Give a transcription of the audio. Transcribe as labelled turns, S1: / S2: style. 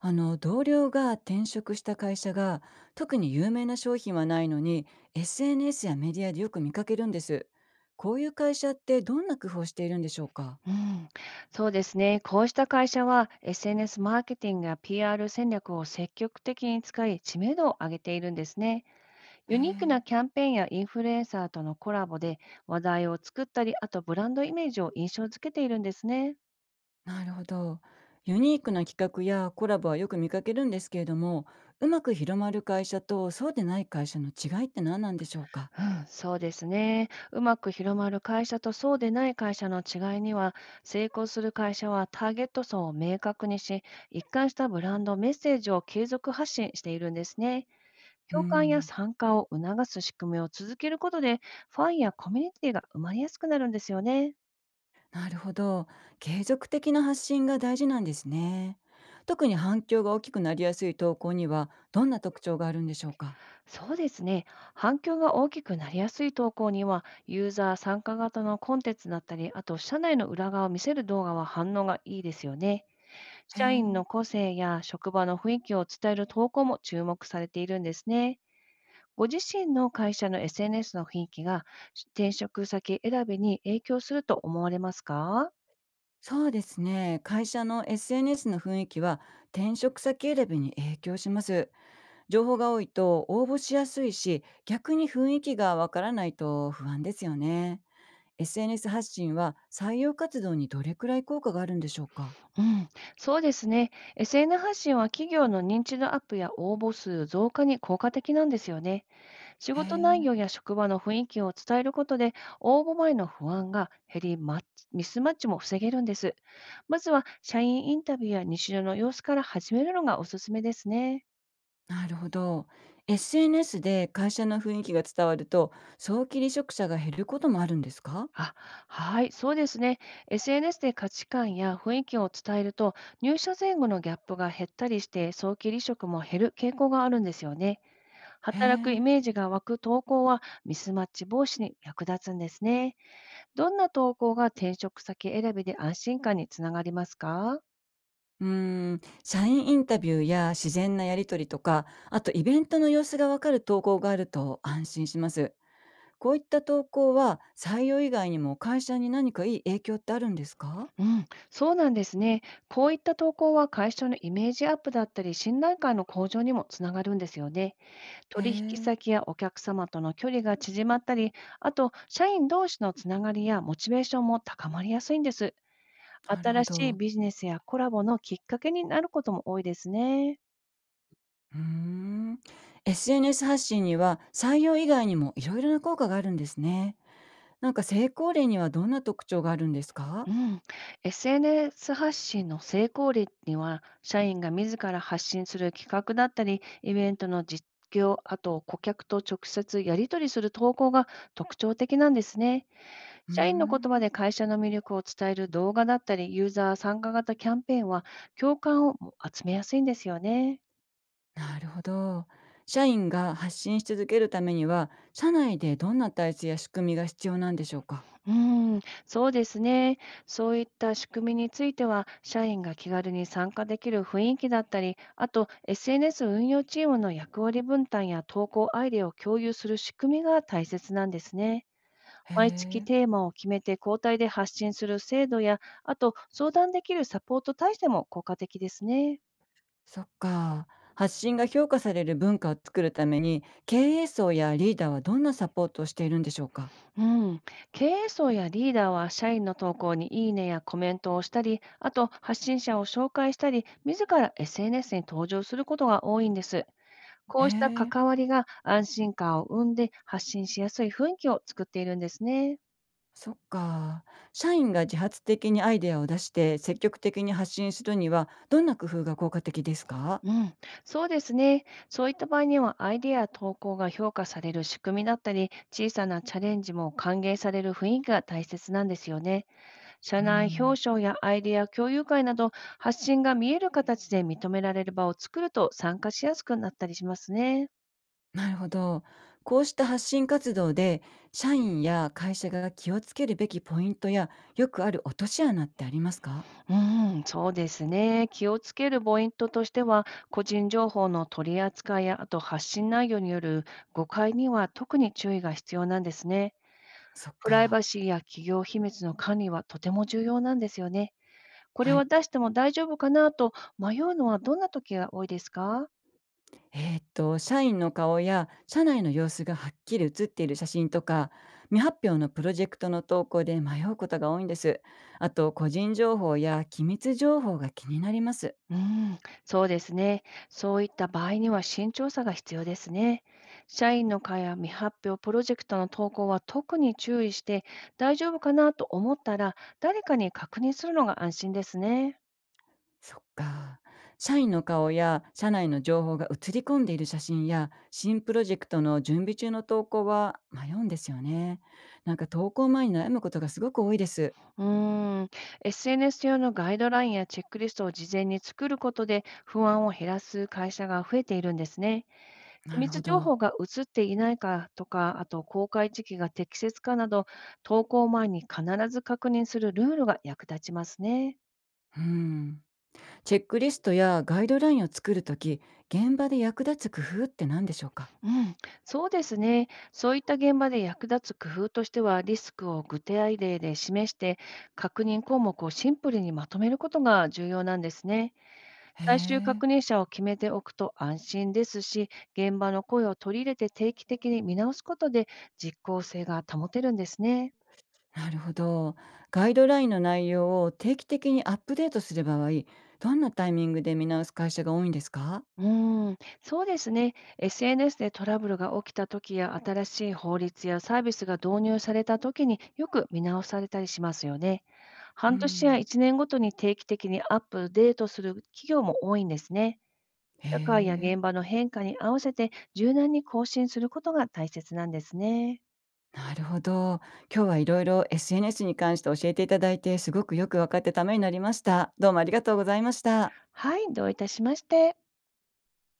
S1: あの同僚が転職した会社が特に有名な商品はないのに、 SNS やメディアでよく見かけるんです。こういう会社ってどんな工夫をしているんでしょうか？
S2: うん、そうですね。こうした会社は SNS マーケティングや PR 戦略を積極的に使い知名度を上げているんですね。
S1: へ
S2: ユニークな
S1: え。
S2: キャンペーンやインフルエンサーとのコラボで話題を作ったり、あとブランドイメージを印象づけているんですね。
S1: なるほど。ユニークな企画やコラボはよく見かけるんですけれども、うまく広まる会社とそうでない会社の違いって何なんでしょうか？
S2: うん、そうですね。うまく広まる会社とそうでない会社の違いには、成功する会社はターゲット層を明確にし、一貫したブランドメッセージを継続発信しているんですね。
S1: う
S2: 共感や
S1: ん。
S2: 参加を促す仕組みを続けることで、ファンやコミュニティが生まれやすくなるんですよね。
S1: なるほど。継続的な発信が大事なんですね。特に反響が大きくなりやすい投稿にはどんな特徴があるんでしょうか？
S2: そうですね。反響が大きくなりやすい投稿には、ユーザー参加型のコンテンツだったり、あと社内の裏側を見せる動画は反応がいいですよね。
S1: へ
S2: 社員
S1: え、
S2: の個性や職場の雰囲気を伝える投稿も注目されているんですね。ご自身の会社の SNS の雰囲気が転職先選びに影響すると思われますか？
S1: そうですね。会社の SNS の雰囲気は転職先選びに影響します。情報が多いと応募しやすいし、逆に雰囲気がわからないと不安ですよね。SNS 発信は採用活動にどれくらい効果があるんでしょうか？
S2: うん、そうですね。SN 発信は企業の認知度アップや応募数増加に効果的なんですよね。仕
S1: へ
S2: 事内
S1: え、
S2: 容や職場の雰囲気を伝えることで、応募前の不安が減り、マッチミスマッチも防げるんです。まずは、社員インタビューや日常の様子から始めるのがおすすめですね。
S1: なるほど。SNS で会社の雰囲気が伝わると、早期離職者が減ることもあるんですか？
S2: あ、はい、そうですね。SNS で価値観や雰囲気を伝えると、入社前後のギャップが減ったりして、早期離職も減る傾向があるんですよね。
S1: へ
S2: 働くイ
S1: え。
S2: メージが湧く投稿はミスマッチ防止に役立つんですね。どんな投稿が転職先選びで安心感につながりますか？
S1: うーん、社員インタビューや自然なやり取りとか、あとイベントの様子がわかる投稿があると安心します。こういった投稿は採用以外にも会社に何かいい影響ってあるんですか？
S2: うん、そうなんですね。こういった投稿は会社のイメージアップだったり、信頼感の向上にもつながるんですよね。
S1: へ
S2: 取引
S1: え、
S2: 先やお客様との距離が縮まったり、あと、社員同士のつながりやモチベーションも高まりやすいんです。
S1: なるほ
S2: 新しい
S1: ど。
S2: ビジネスやコラボのきっかけになることも多いですね。
S1: うーん。SNS 発信には採用以外にもいろいろな効果があるんですね。なんか成功例にはどんな特徴があるんですか？
S2: うん、SNS 発信の成功率には、社員が自ら発信する企画だったり、イベントの実況、あと顧客と直接やり取りする投稿が特徴的なんですね。
S1: うー
S2: 社員の言葉
S1: ん。
S2: で会社の魅力を伝える動画だったり、ユーザー参加型キャンペーンは共感を集めやすいんですよね。
S1: なるほど。社員が発信し続けるためには、社内でどんな体制や仕組みが必要なんでしょうか？
S2: うーん、そうですね。そういった仕組みについては、社員が気軽に参加できる雰囲気だったり、あと SNS 運用チームの役割分担や投稿アイデアを共有する仕組みが大切なんですね。
S1: へ
S2: 毎月
S1: え、
S2: テーマを決めて交代で発信する制度や、あと相談できるサポート体制も効果的ですね。
S1: そっか。発信が評価される文化を作るために、経営層やリーダーはどんなサポートをしているんでしょうか？
S2: うん、経営層やリーダーは社員の投稿にいいねやコメントをしたり、あと発信者を紹介したり、自ら SNS に登場することが多いんです。こ
S1: へ
S2: うした
S1: え、
S2: 関わりが安心感を生んで発信しやすい雰囲気を作っているんですね。
S1: そっか。社員が自発的にアイデアを出して積極的に発信するには、どんな工夫が効果的ですか？
S2: うん、そうですね。そういった場合にはアイデアや投稿が評価される仕組みだったり、小さなチャレンジも歓迎される雰囲気が大切なんですよね。社
S1: う
S2: 内
S1: ん。
S2: 表彰やアイデア共有会など発信が見える形で認められる場を作ると参加しやすくなったりしますね。
S1: なるほど。こうした発信活動で、社員や会社が気をつけるべきポイントや、よくある落とし穴ってありますか？
S2: うん、そうですね。気をつけるポイントとしては、個人情報の取り扱いや、あと発信内容による誤解には特に注意が必要なんですね。
S1: そっ
S2: プライバ
S1: か。
S2: シーや企業秘密の管理はとても重要なんですよね。これ
S1: は
S2: は
S1: い。
S2: 出しても大丈夫かなと迷うのはどんな時が多いですか？
S1: 社員の顔や社内の様子がはっきり写っている写真とか、未発表のプロジェクトの投稿で迷うことが多いんです。あと、個人情報や機密情報が気になります。
S2: うん、そうですね。そういった場合には慎重さが必要ですね。社員の会や未発表プロジェクトの投稿は特に注意して、大丈夫かなと思ったら、誰かに確認するのが安心ですね。
S1: そっか。社員の顔や社内の情報が写り込んでいる写真や新プロジェクトの準備中の投稿は迷うんですよね。なんか投稿前に悩むことがすごく多いです。
S2: うーん、SNS 用のガイドラインやチェックリストを事前に作ることで、不安を減らす会社が増えているんですね。機
S1: なる
S2: 密
S1: ほ
S2: 情報
S1: ど。
S2: が移っていないかとか、あと公開時期が適切かなど、投稿前に必ず確認するルールが役立ちますね。
S1: うん。チェックリストやガイドラインを作るとき、現場で役立つ工夫って何でしょうか？
S2: うん、そうですね。そういった現場で役立つ工夫としては、リスクを具体例で示して、確認項目をシンプルにまとめることが重要なんですね。
S1: へ
S2: 最終
S1: え。
S2: 確認者を決めておくと安心ですし、現場の声を取り入れて定期的に見直すことで実効性が保てるんですね。
S1: なるほど。ガイドラインの内容を定期的にアップデートする場合、どんなタイミングで見直す会社が多いんですか？
S2: うーん、そうですね。SNS でトラブルが起きた時や、新しい法律やサービスが導入された時によく見直されたりしますよね。
S1: う
S2: 半年や
S1: ん。
S2: 1年ごとに定期的にアップデートする企業も多いんですね。
S1: へ
S2: 社会や
S1: え。
S2: 現場の変化に合わせて柔軟に更新することが大切なんですね。
S1: なるほど。今日はいろいろ SNS に関して教えていただいて、すごくよく分かってためになりました。どうもありがとうございました。
S2: はい、どういたしまして。